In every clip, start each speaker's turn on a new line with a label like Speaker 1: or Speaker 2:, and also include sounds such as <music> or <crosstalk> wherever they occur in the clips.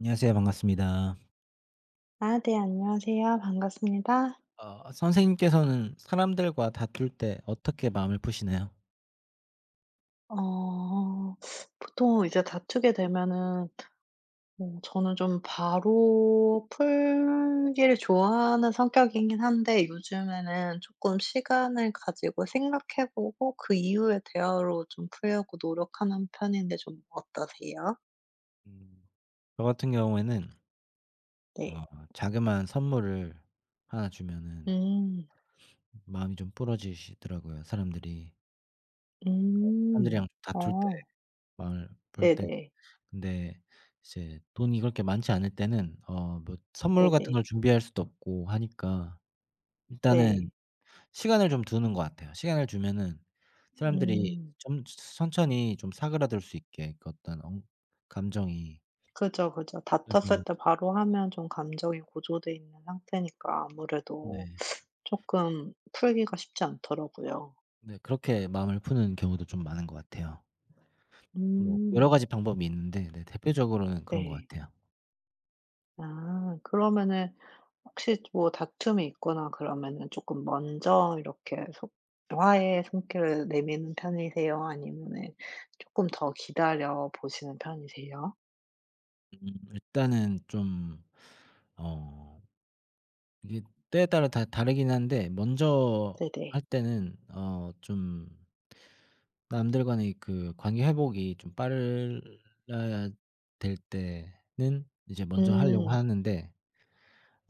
Speaker 1: 안녕하세요. 반갑습니다.
Speaker 2: 아 네. 안녕하세요. 반갑습니다.
Speaker 1: 선생님께서는 사람들과 다툴 때 어떻게 마음을 푸시나요?
Speaker 2: 어 보통 이제 다투게 되면은 저는 좀 바로 풀기를 좋아하는 성격이긴 한데 요즘에는 조금 시간을 가지고 생각해 보고 그 이후에 대화로 좀 풀려고 노력하는 편인데 좀 어떠세요?
Speaker 1: 음. 저 같은 경우에는
Speaker 2: 네.
Speaker 1: 어 자그마한 선물을 하나 주면은
Speaker 2: 음.
Speaker 1: 마음이 좀 부러지시더라고요 사람들이.
Speaker 2: 음.
Speaker 1: 사람들이랑 다툴 때
Speaker 2: 어.
Speaker 1: 마음을 풀 때
Speaker 2: 네네.
Speaker 1: 근데 이제 돈이 그렇게 많지 않을 때는 뭐 선물 같은
Speaker 2: 네네.
Speaker 1: 걸 준비할 수도 없고 하니까
Speaker 2: 네.
Speaker 1: 일단은 시간을 좀 두는 것 같아요. 시간을 주면은 사람들이
Speaker 2: 음.
Speaker 1: 좀 천천히 좀 사그라들 수 있게 그 어떤 엉 감정이.
Speaker 2: 그죠, 그죠.
Speaker 1: 그래서
Speaker 2: 다퉜을 때 바로 하면 좀 감정이 고조돼 있는 상태니까 아무래도
Speaker 1: 네.
Speaker 2: 조금 풀기가 쉽지 않더라고요.
Speaker 1: 네 그렇게 마음을 푸는 경우도 좀 많은 것 같아요. 뭐 여러
Speaker 2: 음
Speaker 1: 가지 방법이 있는데 네 대표적으로는 그런 것
Speaker 2: 네.
Speaker 1: 같아요.
Speaker 2: 아 그러면은 혹시 뭐 다툼이 있거나 그러면은 조금 먼저 이렇게 소 화해의 손길을 내미는 편이세요? 아니면은 조금 더 기다려 보시는 편이세요?
Speaker 1: 음 일단은 좀 어 이게 때에 따라 다 다르긴 한데 먼저
Speaker 2: 네네.
Speaker 1: 할 때는 어좀 남들과의 그 관계 회복이 좀 빨라야 될 때는 이제 먼저 하려고
Speaker 2: 음.
Speaker 1: 하는데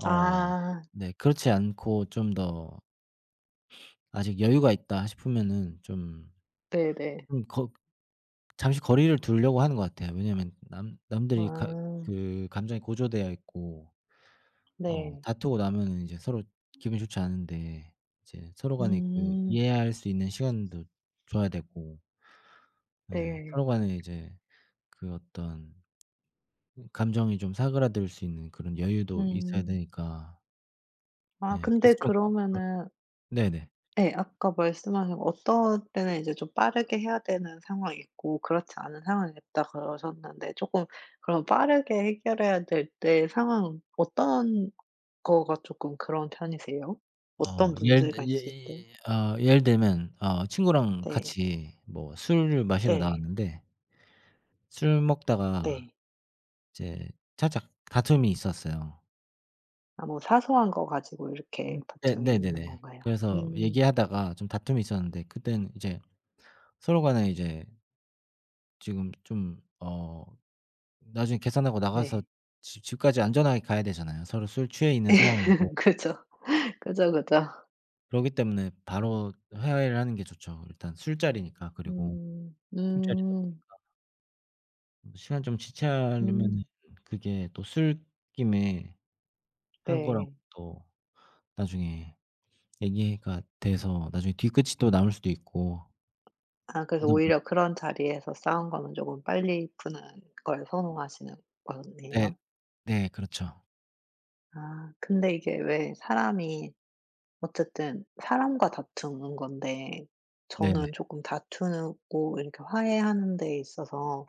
Speaker 1: 어
Speaker 2: 아
Speaker 1: 네 그렇지 않고 좀 더 '아직 여유가 있다.' 싶으면은 좀
Speaker 2: 네네.
Speaker 1: 좀 거 잠시 거리를 두려고 하는 것 같아요. 왜냐하면 남 남들이 가
Speaker 2: 아
Speaker 1: 그 감정이 고조되어 있고
Speaker 2: 네.
Speaker 1: 다투고 나면은 이제 서로 기분이 좋지 않은데 이제 서로 간에 그
Speaker 2: 음
Speaker 1: 이해할 수 있는 시간도 줘야 되고 예
Speaker 2: 네.
Speaker 1: 서로 간에 이제 그 어떤 감정이 좀 사그라들 수 있는 그런 여유도 있어야
Speaker 2: 음.
Speaker 1: 되니까.
Speaker 2: 아
Speaker 1: 예.
Speaker 2: 근데
Speaker 1: 그래서 좀 어
Speaker 2: 그러면은
Speaker 1: 네네.
Speaker 2: 예 아까 말씀하신 어떤 때는 이제 좀 빠르게 해야 되는 상황이 있고 그렇지 않은 상황이 있다 그러셨는데 조금 그럼 빠르게 해결해야 될 때 상황 어떤 거가 조금 그런 편이세요?
Speaker 1: 어
Speaker 2: 어떤
Speaker 1: 예를
Speaker 2: 문제가
Speaker 1: 들예
Speaker 2: 있을 때?
Speaker 1: 예, 예를 들면 친구랑
Speaker 2: 네.
Speaker 1: 같이 뭐 술을 마시러
Speaker 2: 네.
Speaker 1: 나왔는데 술 먹다가
Speaker 2: 네.
Speaker 1: 이제 살짝 다툼이 있었어요.
Speaker 2: 아 뭐 사소한 거 가지고 이렇게
Speaker 1: 네
Speaker 2: 다툼이 있는
Speaker 1: 네네네.
Speaker 2: 건가요?
Speaker 1: 그래서
Speaker 2: 음.
Speaker 1: 얘기하다가 좀 다툼이 있었는데 그땐 이제 서로 간에 이제 지금 좀 어 나중에 계산하고 나가서
Speaker 2: 네.
Speaker 1: 집 집까지 안전하게 가야 되잖아요. 서로 술 취해 있는 상황이고.
Speaker 2: <laughs> 그죠. 그죠, 그죠.
Speaker 1: 그러기 때문에 바로 회의를 하는 게 좋죠. 일단 술자리니까 그리고
Speaker 2: 음.
Speaker 1: 술자리다
Speaker 2: 음.
Speaker 1: 보면 시간 좀 지체하려면은
Speaker 2: 음.
Speaker 1: 그게 또 술김에 한 거라고
Speaker 2: 네.
Speaker 1: 또 나중에 얘기가 돼서 나중에 뒤끝이 또 남을 수도 있고
Speaker 2: 아 그래서
Speaker 1: 하다 보니
Speaker 2: 오히려 그런 자리에서 싸운 거는 조금 빨리 푸는 걸 선호하시는
Speaker 1: 네.
Speaker 2: 거네요.
Speaker 1: 네 그렇죠.
Speaker 2: 아 근데 이게 왜 사람이 어쨌든 사람과 다투는 건데
Speaker 1: 네네.
Speaker 2: 저는 조금 다투고 이렇게 화해하는 데 있어서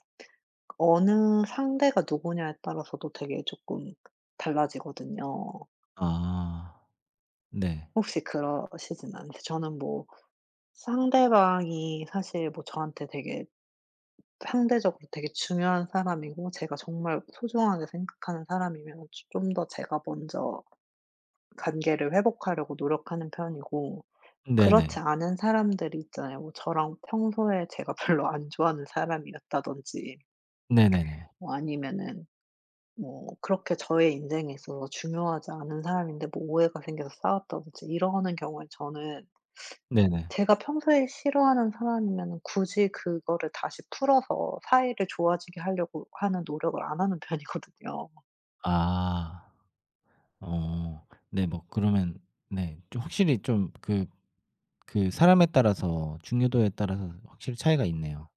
Speaker 2: 어느 상대가 누구냐에 따라서도 되게 조금 달라지거든요.
Speaker 1: 아. 네.
Speaker 2: 혹시 그러시진 않으세요? 저는 뭐 상대방이 사실 뭐 저한테 되게 상대적으로 되게 중요한 사람이고 제가 정말 소중하게 생각하는 사람이면 좀 더 제가 먼저 관계를 회복하려고 노력하는 편이고 그렇지
Speaker 1: 네네.
Speaker 2: 않은 사람들이 있잖아요. 뭐 저랑 평소에 제가 <laughs> 별로 안 좋아하는 사람이었다든지
Speaker 1: 네네네.
Speaker 2: 뭐 아니면은 뭐 그렇게 저의 인생에 있어서 중요하지 않은 사람인데 뭐 오해가 생겨서 싸웠다든지 이러는 경우에 저는
Speaker 1: 네네.
Speaker 2: 제가 평소에 싫어하는 사람이면은 굳이 그거를 다시 풀어서 사이를 좋아지게 하려고 하는 노력을 안 하는 <laughs> 편이거든요.
Speaker 1: 아. 어. 네 뭐 그러면 네 좀 확실히 좀그 그 사람에 따라서 중요도에 따라서 확실히 차이가 있네요.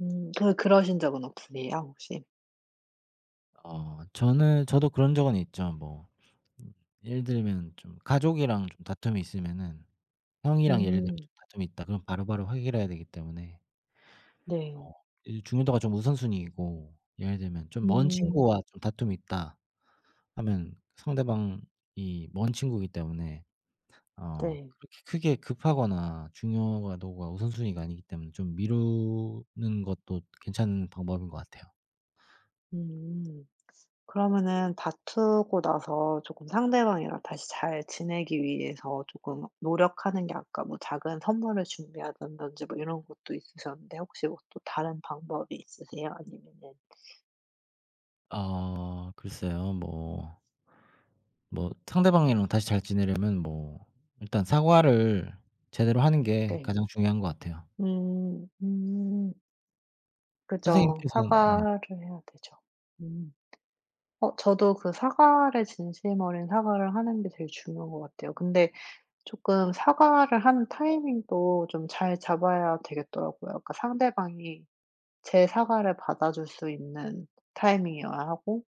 Speaker 2: 그러신 적은 없으세요 혹시?
Speaker 1: 저는 저도 그런 적은 있죠. 뭐 음 예를 들면 좀 가족이랑 좀 다툼이 있으면은 형이랑 예를 들면
Speaker 2: 음
Speaker 1: 좀 다툼이 있다 그럼 바로바로 해결해야 되기 때문에
Speaker 2: 네.
Speaker 1: 이 중요도가 좀 우선순위이고 예를 들면 좀 먼
Speaker 2: 음
Speaker 1: 친구와 좀 다툼이 있다 하면 상대방이 먼 친구이기 때문에
Speaker 2: 네.
Speaker 1: 그렇게 크게 급하거나 중요도가 우선순위가 아니기 때문에 좀 미루는 것도 괜찮은 방법인 것 같아요.
Speaker 2: 음. 그러면은 다투고 나서 조금 상대방이랑 다시 잘 지내기 위해서 조금 노력하는 게 아까 뭐 작은 선물을 준비한다든지 뭐 이런 것도 있으셨는데 혹시 뭐 또 다른 방법이 있으세요? 아니면은
Speaker 1: 아 글쎄요. 뭐 상대방이랑 다시 잘 지내려면 뭐 일단 사과를 제대로 하는 게
Speaker 2: 네.
Speaker 1: 가장 중요한 것 같아요.
Speaker 2: 음. 음. 그죠.
Speaker 1: 선생님께서는 네.
Speaker 2: 사과를 해야 되죠. 음. 어 저도 그 사과를 진심 어린 사과를 하는 게 제일 중요한 것 같아요. 근데 쪼끔 사과를 하는 타이밍도 좀 잘 잡아야 되겠더라고요. 그러니까 상대방이 제 사과를 받아줄 수 있는 타이밍이어야 하고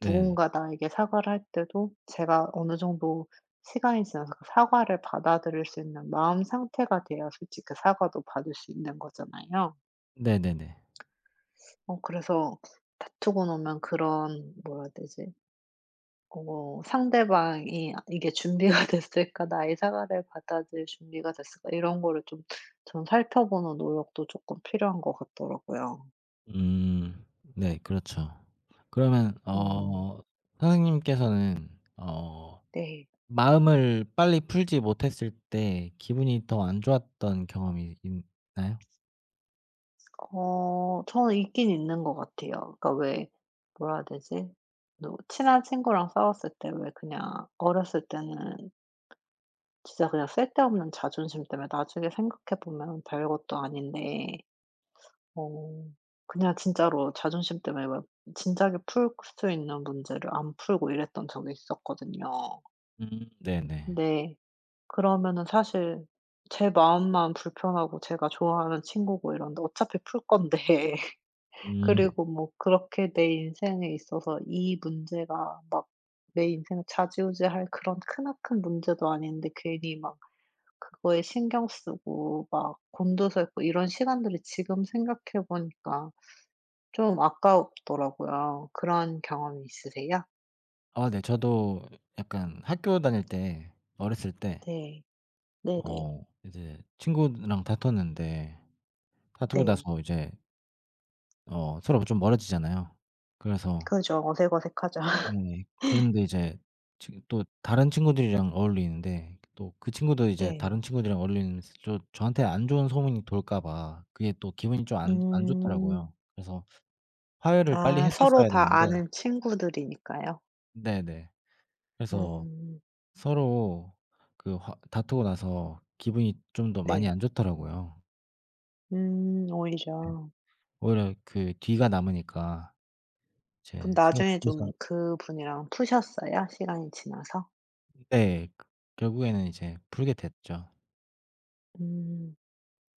Speaker 1: 네.
Speaker 2: 누군가 나에게 사과를 할 때도 제가 어느 정도 시간이 지나서 그 사과를 받아들일 수 있는 마음 상태가 돼야 솔직히 그 사과도 받을 수 있는 거잖아요.
Speaker 1: 네네네.
Speaker 2: 어 그래서 다투고 나면 그런 뭐라 해야 되지? 어 상대방이 '아 이게 준비가 <laughs> 됐을까? 나의 사과를 받아들일 준비가 됐을까?' 이런 거를 좀 전 살펴보는 노력도 조금 필요한 것 같더라고요.
Speaker 1: 음. 네 그렇죠. 그러면
Speaker 2: 음
Speaker 1: 선생님께서는
Speaker 2: 네.
Speaker 1: 마음을 빨리 풀지 못했을 때 기분이 더 안 좋았던 경험이 있나요?
Speaker 2: 어 저는 있긴 있는 것 같아요. 그러니까 왜 뭐라 해야 되지? 누 친한 친구랑 싸웠을 때 왜 그냥 어렸을 때는 진짜 그냥 쓸데없는 자존심 때문에 나중에 생각해 보면 별것도 아닌데 어. 그냥 진짜로 자존심 때문에 막 진작에 풀 수 있는 문제를 안 풀고 이랬던 적이 있었거든요.
Speaker 1: 네네.
Speaker 2: 근데 그러면은 사실 제 마음만 불편하고 제가 좋아하는 친구고 이런데 어차피 풀 건데 <laughs>
Speaker 1: 음.
Speaker 2: 그리고 뭐 그렇게 내 인생에 있어서 이 문제가 막 내 인생을 좌지우지할 그런 크나큰 문제도 아닌데 괜히 막 그거에 신경 쓰고 막 곤두서있고 이런 시간들이 지금 생각해 보니까 좀 아까웠더라고요 그런 경험이 있으세요?
Speaker 1: 아 네. 저도 약간 학교 다닐 때 어렸을 때
Speaker 2: 네. 네네.
Speaker 1: 이제 친구랑 다퉜는데 다투고 네.
Speaker 2: 네.
Speaker 1: 나서 이제 서로 좀 멀어지잖아요. 그래서
Speaker 2: 그죠. 어색어색하죠. <laughs>
Speaker 1: 네 그런데 이제 지 또 다른 친구들이랑 어울리는데 또 그 친구도 이제 다른
Speaker 2: 네.
Speaker 1: 친구들이랑 어울리면서 또 저한테 안 좋은 소문이 돌까 봐 그게 또 기분이 좀 안
Speaker 2: 음.
Speaker 1: 좋더라고요. 그래서 화해를 빨리
Speaker 2: 아 서로
Speaker 1: 했었어야
Speaker 2: 다
Speaker 1: 되는데
Speaker 2: 아는 친구들이니까요.
Speaker 1: 네네. 그래서
Speaker 2: 음.
Speaker 1: 서로 그 화 다투고 나서 기분이 좀 더 많이
Speaker 2: 네.
Speaker 1: 안 좋더라고요. 네.
Speaker 2: 오히려.
Speaker 1: 오히려 그 뒤가 남으니까
Speaker 2: 그럼
Speaker 1: 이제 서로
Speaker 2: 나중에 좀
Speaker 1: 뒤에서
Speaker 2: 그분이랑 푸셨어요? 시간이 지나서?
Speaker 1: 네. 그 결국에는 이제 풀게 됐죠.
Speaker 2: 음.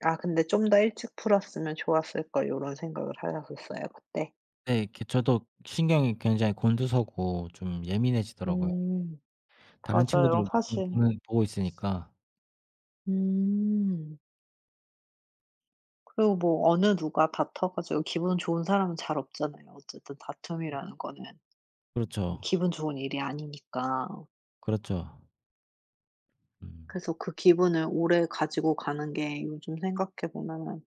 Speaker 2: '아 근데 좀 더 일찍 풀었으면 좋았을 걸.' 요런 생각을 하셨었어요 그때?
Speaker 1: 네. 이렇게 저도 신경이 굉장히 곤두서고 좀 예민해지더라고요.
Speaker 2: 음.
Speaker 1: 다른
Speaker 2: 맞아요
Speaker 1: 친구들도 그냥
Speaker 2: 사실.
Speaker 1: 보는 보고 있으니까.
Speaker 2: 음. 그리고 뭐 어느 누가 다퉈 가지고 기분 좋은 사람은 잘 없잖아요. 어쨌든 다툼이라는 거는 그
Speaker 1: 그렇죠.
Speaker 2: 기분 좋은 일이 아니니까.
Speaker 1: 그렇죠. 음.
Speaker 2: 그래서 그 기분을 오래 가지고 가는 게 요즘 생각해 보면은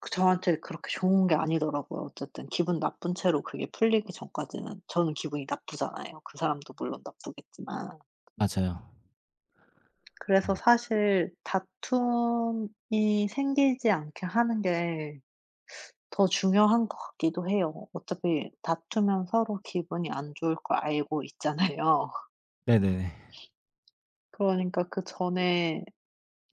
Speaker 2: 그 저한테 그렇게 좋은 게 아니더라고요. 어쨌든 기분 나쁜 채로 그게 풀리기 전까지는 저는 기분이 나쁘잖아요. 그 사람도 물론 나쁘겠지만.
Speaker 1: 맞아요.
Speaker 2: 그래서
Speaker 1: 네.
Speaker 2: 사실 다툼이 생기지 않게 하는 게 더 중요한 것 같기도 해요. 어차피 다투면 서로 기분이 안 좋을 걸 알고 있잖아요. <laughs>
Speaker 1: 네네네.
Speaker 2: 그러니까 그 전에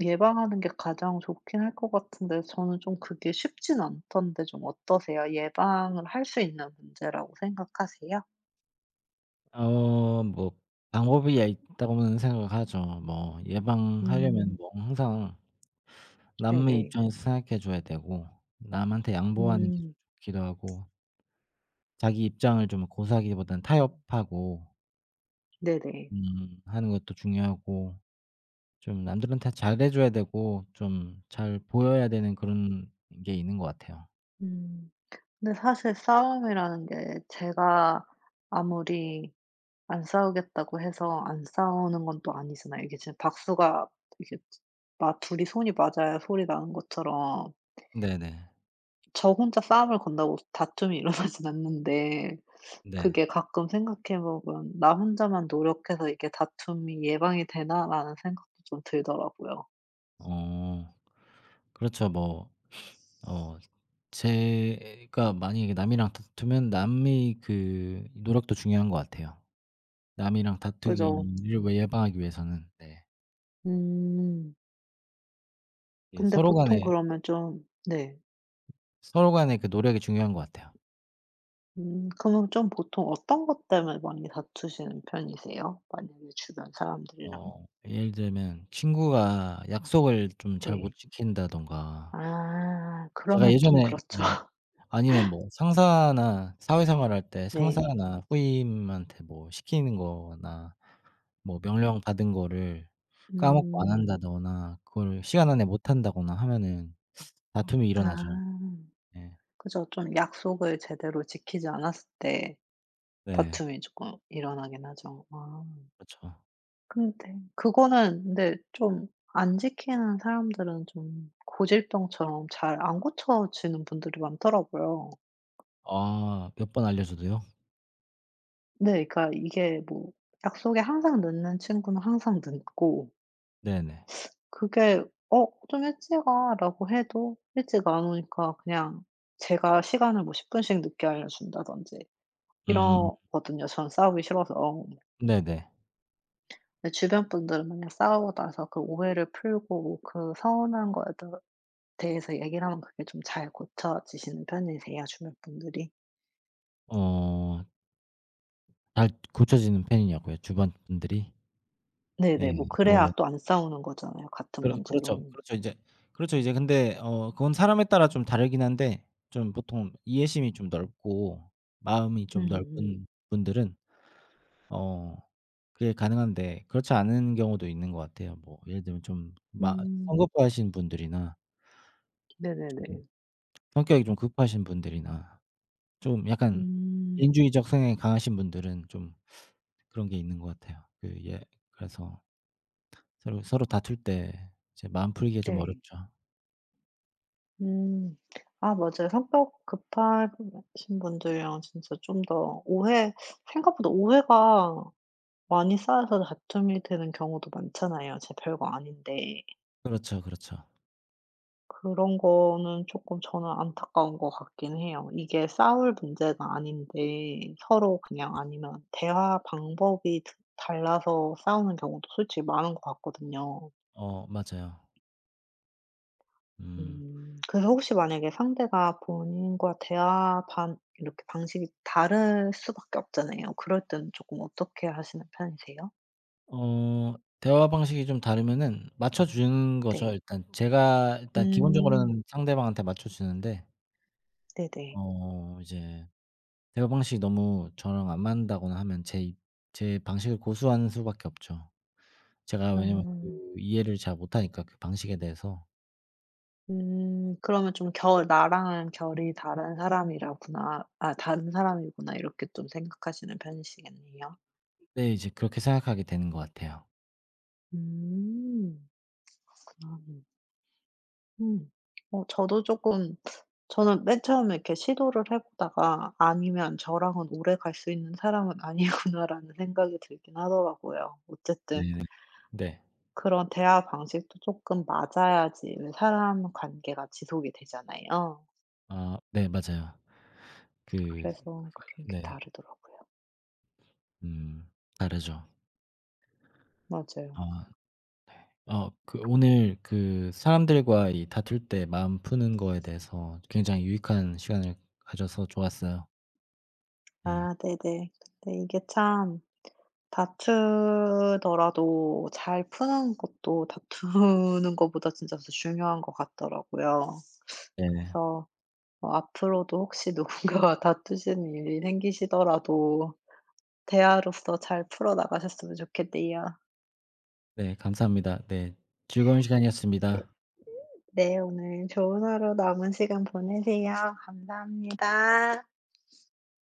Speaker 2: 예방하는 게 가장 좋긴 할 것 같은데 저는 좀 그게 쉽진 않던데 좀 어떠세요? 예방을 할 수 있는 문제라고 생각하세요?
Speaker 1: 뭐 방법이 야 있다고는 생각하죠. 뭐 예방하려면
Speaker 2: 음.
Speaker 1: 뭐 항상 남의
Speaker 2: 네네.
Speaker 1: 입장에서 생각해 줘야 되고 남한테 양보하는 게
Speaker 2: 음.
Speaker 1: 좋기도 하고 자기 입장을 좀 고수하기보다는 타협하고
Speaker 2: 네네.
Speaker 1: 하는 것도 중요하고 좀 남들한테 잘해 줘야 되고 좀 잘 보여야 되는 그런 게 있는 것 같아요.
Speaker 2: 음. 근데 사실 싸움이라는 게 제가 아무리 안 싸우겠다고 해서 안 싸우는 건 또 아니잖아요. 이게 지금 박수가 이게 마 둘이 손이 맞아야 소리 나는 것처럼
Speaker 1: 네네.
Speaker 2: 저 혼자 싸움을 건다고 다툼이 <laughs> 일어나진 않는데
Speaker 1: 네.
Speaker 2: 그게 가끔 생각해 보면 '나 혼자만 노력해서 이게 다툼이 예방이 되나?'라는 생각도 좀 들더라고요.
Speaker 1: 어 그렇죠. 뭐 어 제가 만약에 남이랑 다투면 남의 그 노력도 중요한 것 같아요. 남이랑
Speaker 2: 그죠.
Speaker 1: 다투기를 왜 예방하기 위해서는. 네.
Speaker 2: 음.
Speaker 1: 예
Speaker 2: 근데
Speaker 1: 서로
Speaker 2: 보통
Speaker 1: 간에
Speaker 2: 그러면 좀 네.
Speaker 1: 서로 간의 그 노력이 중요한 것 같아요.
Speaker 2: 그러면 좀 보통 어떤 것 때문에 많이 다투시는 편이세요? 만약에 주변 사람들이랑?
Speaker 1: 예를 들면 친구가 약속을 좀 잘 못
Speaker 2: 네.
Speaker 1: 지킨다든가
Speaker 2: 아
Speaker 1: 제가
Speaker 2: 그러면 좀
Speaker 1: 예전에
Speaker 2: 그렇죠.
Speaker 1: 네.
Speaker 2: <laughs>
Speaker 1: 아니면 뭐 상사나 사회생활할 때
Speaker 2: 네.
Speaker 1: 상사나 후임한테 뭐 시키는 거나 뭐 명령 받은 거를 까먹고 안
Speaker 2: 음.
Speaker 1: 한다거나 그걸 시간 안에 못 한다거나 하면은 다툼이 일어나죠.
Speaker 2: 아
Speaker 1: 예.
Speaker 2: 그죠. 좀 약속을 제대로 지키지 않았을 때
Speaker 1: 네.
Speaker 2: 다툼이 조금 일어나긴 하죠. 아
Speaker 1: 그렇죠.
Speaker 2: 근데 그거는 근데 좀 안 지키는 사람들은 좀 고질병처럼 잘 안 고쳐지는 분들이 많더라고요.
Speaker 1: 아 몇 번 알려줘도요?
Speaker 2: 네. 그러니까 이게 뭐 약속에 항상 늦는 친구는 항상 늦고
Speaker 1: 네네.
Speaker 2: 그게 "어 좀 일찍 와."라고 해도 일찍 안 오니까 그냥 제가 시간을 뭐 10 분씩 늦게 알려준다든지
Speaker 1: 음.
Speaker 2: 이러거든요, 전 싸우기 싫어서.
Speaker 1: 네네.
Speaker 2: 근데 주변 분들은 그냥 싸우고 나서 그 오해를 풀고 그 서운한 거에 더 대해서 얘기를 하면 그게 좀 잘 고쳐지시는 편이세요, 주변 분들이?
Speaker 1: 어 잘 고쳐지는 편이냐고요 주변 분들이? 네.
Speaker 2: 네네. 뭐
Speaker 1: 뭐
Speaker 2: 그래야 또 안 싸우는 거잖아요, 같은 문제로.
Speaker 1: 그렇죠.
Speaker 2: 음음.
Speaker 1: 그렇죠. 이제 그렇죠. 이제 근데 그건 사람에 따라 좀 다르긴 한데 좀 보통 이해심이 좀 넓고 마음이 좀
Speaker 2: 음.
Speaker 1: 넓은 분들은 어 그게 가능한데 그렇지 않은 경우도 있는 것 같아요. 뭐 예를 들면 좀 마
Speaker 2: 음,
Speaker 1: 성급하신 분들이나 좀
Speaker 2: 네네네.
Speaker 1: 성격이 좀 급하신 분들이나 좀 약간
Speaker 2: 음.
Speaker 1: 개인주의적 성향이 강하신 분들은 좀 그런 게 있는 것 같아요. 그래서 서로 다툴 때 이제 마음 풀기가 좀
Speaker 2: 네.
Speaker 1: 어렵죠.
Speaker 2: 음. 아 맞아요. 성격 급하신 분들이랑 진짜 좀 더 오해 생각보다 오해가 많이 쌓여서 다툼이 되는 경우도 많잖아요, 제 별거 아닌데.
Speaker 1: 그렇죠, 그렇죠.
Speaker 2: 그런 거는 조금 저는 안타까운 것 같긴 해요. 이게 싸울 문제가 아닌데 서로 그냥 아니면 대화 방법이 드 달라서 싸우는 경우도 솔직히 많은 것 같거든요.
Speaker 1: 어 맞아요. 음.
Speaker 2: 음. 그래서 혹시 만약에 상대가 본인과 대화 반 이렇게 방식이 다를 수밖에 없잖아요. 그럴 때는 조금 어떻게 하시는 편이세요?
Speaker 1: 어 대화 방식이 좀 다르면은 맞춰 주는 거죠.
Speaker 2: 네.
Speaker 1: 일단 제가 일단
Speaker 2: 음.
Speaker 1: 기본적으로는 상대방한테 맞춰 주는데
Speaker 2: 네네.
Speaker 1: 이제 대화 방식이 너무 저랑 안 맞는다거나 하면 제 방식을 고수하는 수밖에 없죠. 제가 왜냐면 그
Speaker 2: 음.
Speaker 1: 이해를 잘 못하니까 그 방식에 대해서.
Speaker 2: 음. 그러면 좀 결 '나랑은 결이 다른 사람이라구나. 아 다른 사람이구나.' 이렇게 좀 생각하시는 편이시겠네요.
Speaker 1: 네 이제 그렇게 생각하게 되는 것 같아요.
Speaker 2: 음. 그러 음. 어 저도 조금 저는 맨 처음에 이렇게 시도를 해 보다가 '아니면 저랑은 오래 갈 수 있는 사람은 아니구나.'라는 <laughs> 생각이 들긴 하더라고요. 어쨌든
Speaker 1: 네네. 네.
Speaker 2: 그런 대화 방식도 조금 맞아야지 사람 관계가 지속이 되잖아요.
Speaker 1: 아 네 맞아요. 그
Speaker 2: 그래서 그런 게
Speaker 1: 네.
Speaker 2: 다르더라고요.
Speaker 1: 음 다르죠.
Speaker 2: 맞아요.
Speaker 1: 아. 어 그 오늘 그 사람들과 이 다툴 때 마음 푸는 거에 대해서 굉장히 유익한 시간을 가져서 좋았어요. 네.
Speaker 2: 아 네네. 근데 이게 참 다투더라도 잘 푸는 것도 다투는 <laughs> 것보다 진짜 더 중요한 것 같더라고요.
Speaker 1: 네.
Speaker 2: 그래서 어 앞으로도 혹시 누군가와 <laughs> 다투시는 일이 생기시더라도 대화로서 잘 풀어 나가셨으면 좋겠네요.
Speaker 1: 네 감사합니다. 네. 즐거운
Speaker 2: 네.
Speaker 1: 시간이었습니다.
Speaker 2: 네 오늘 좋은 하루 남은 시간 보내세요. 감사합니다.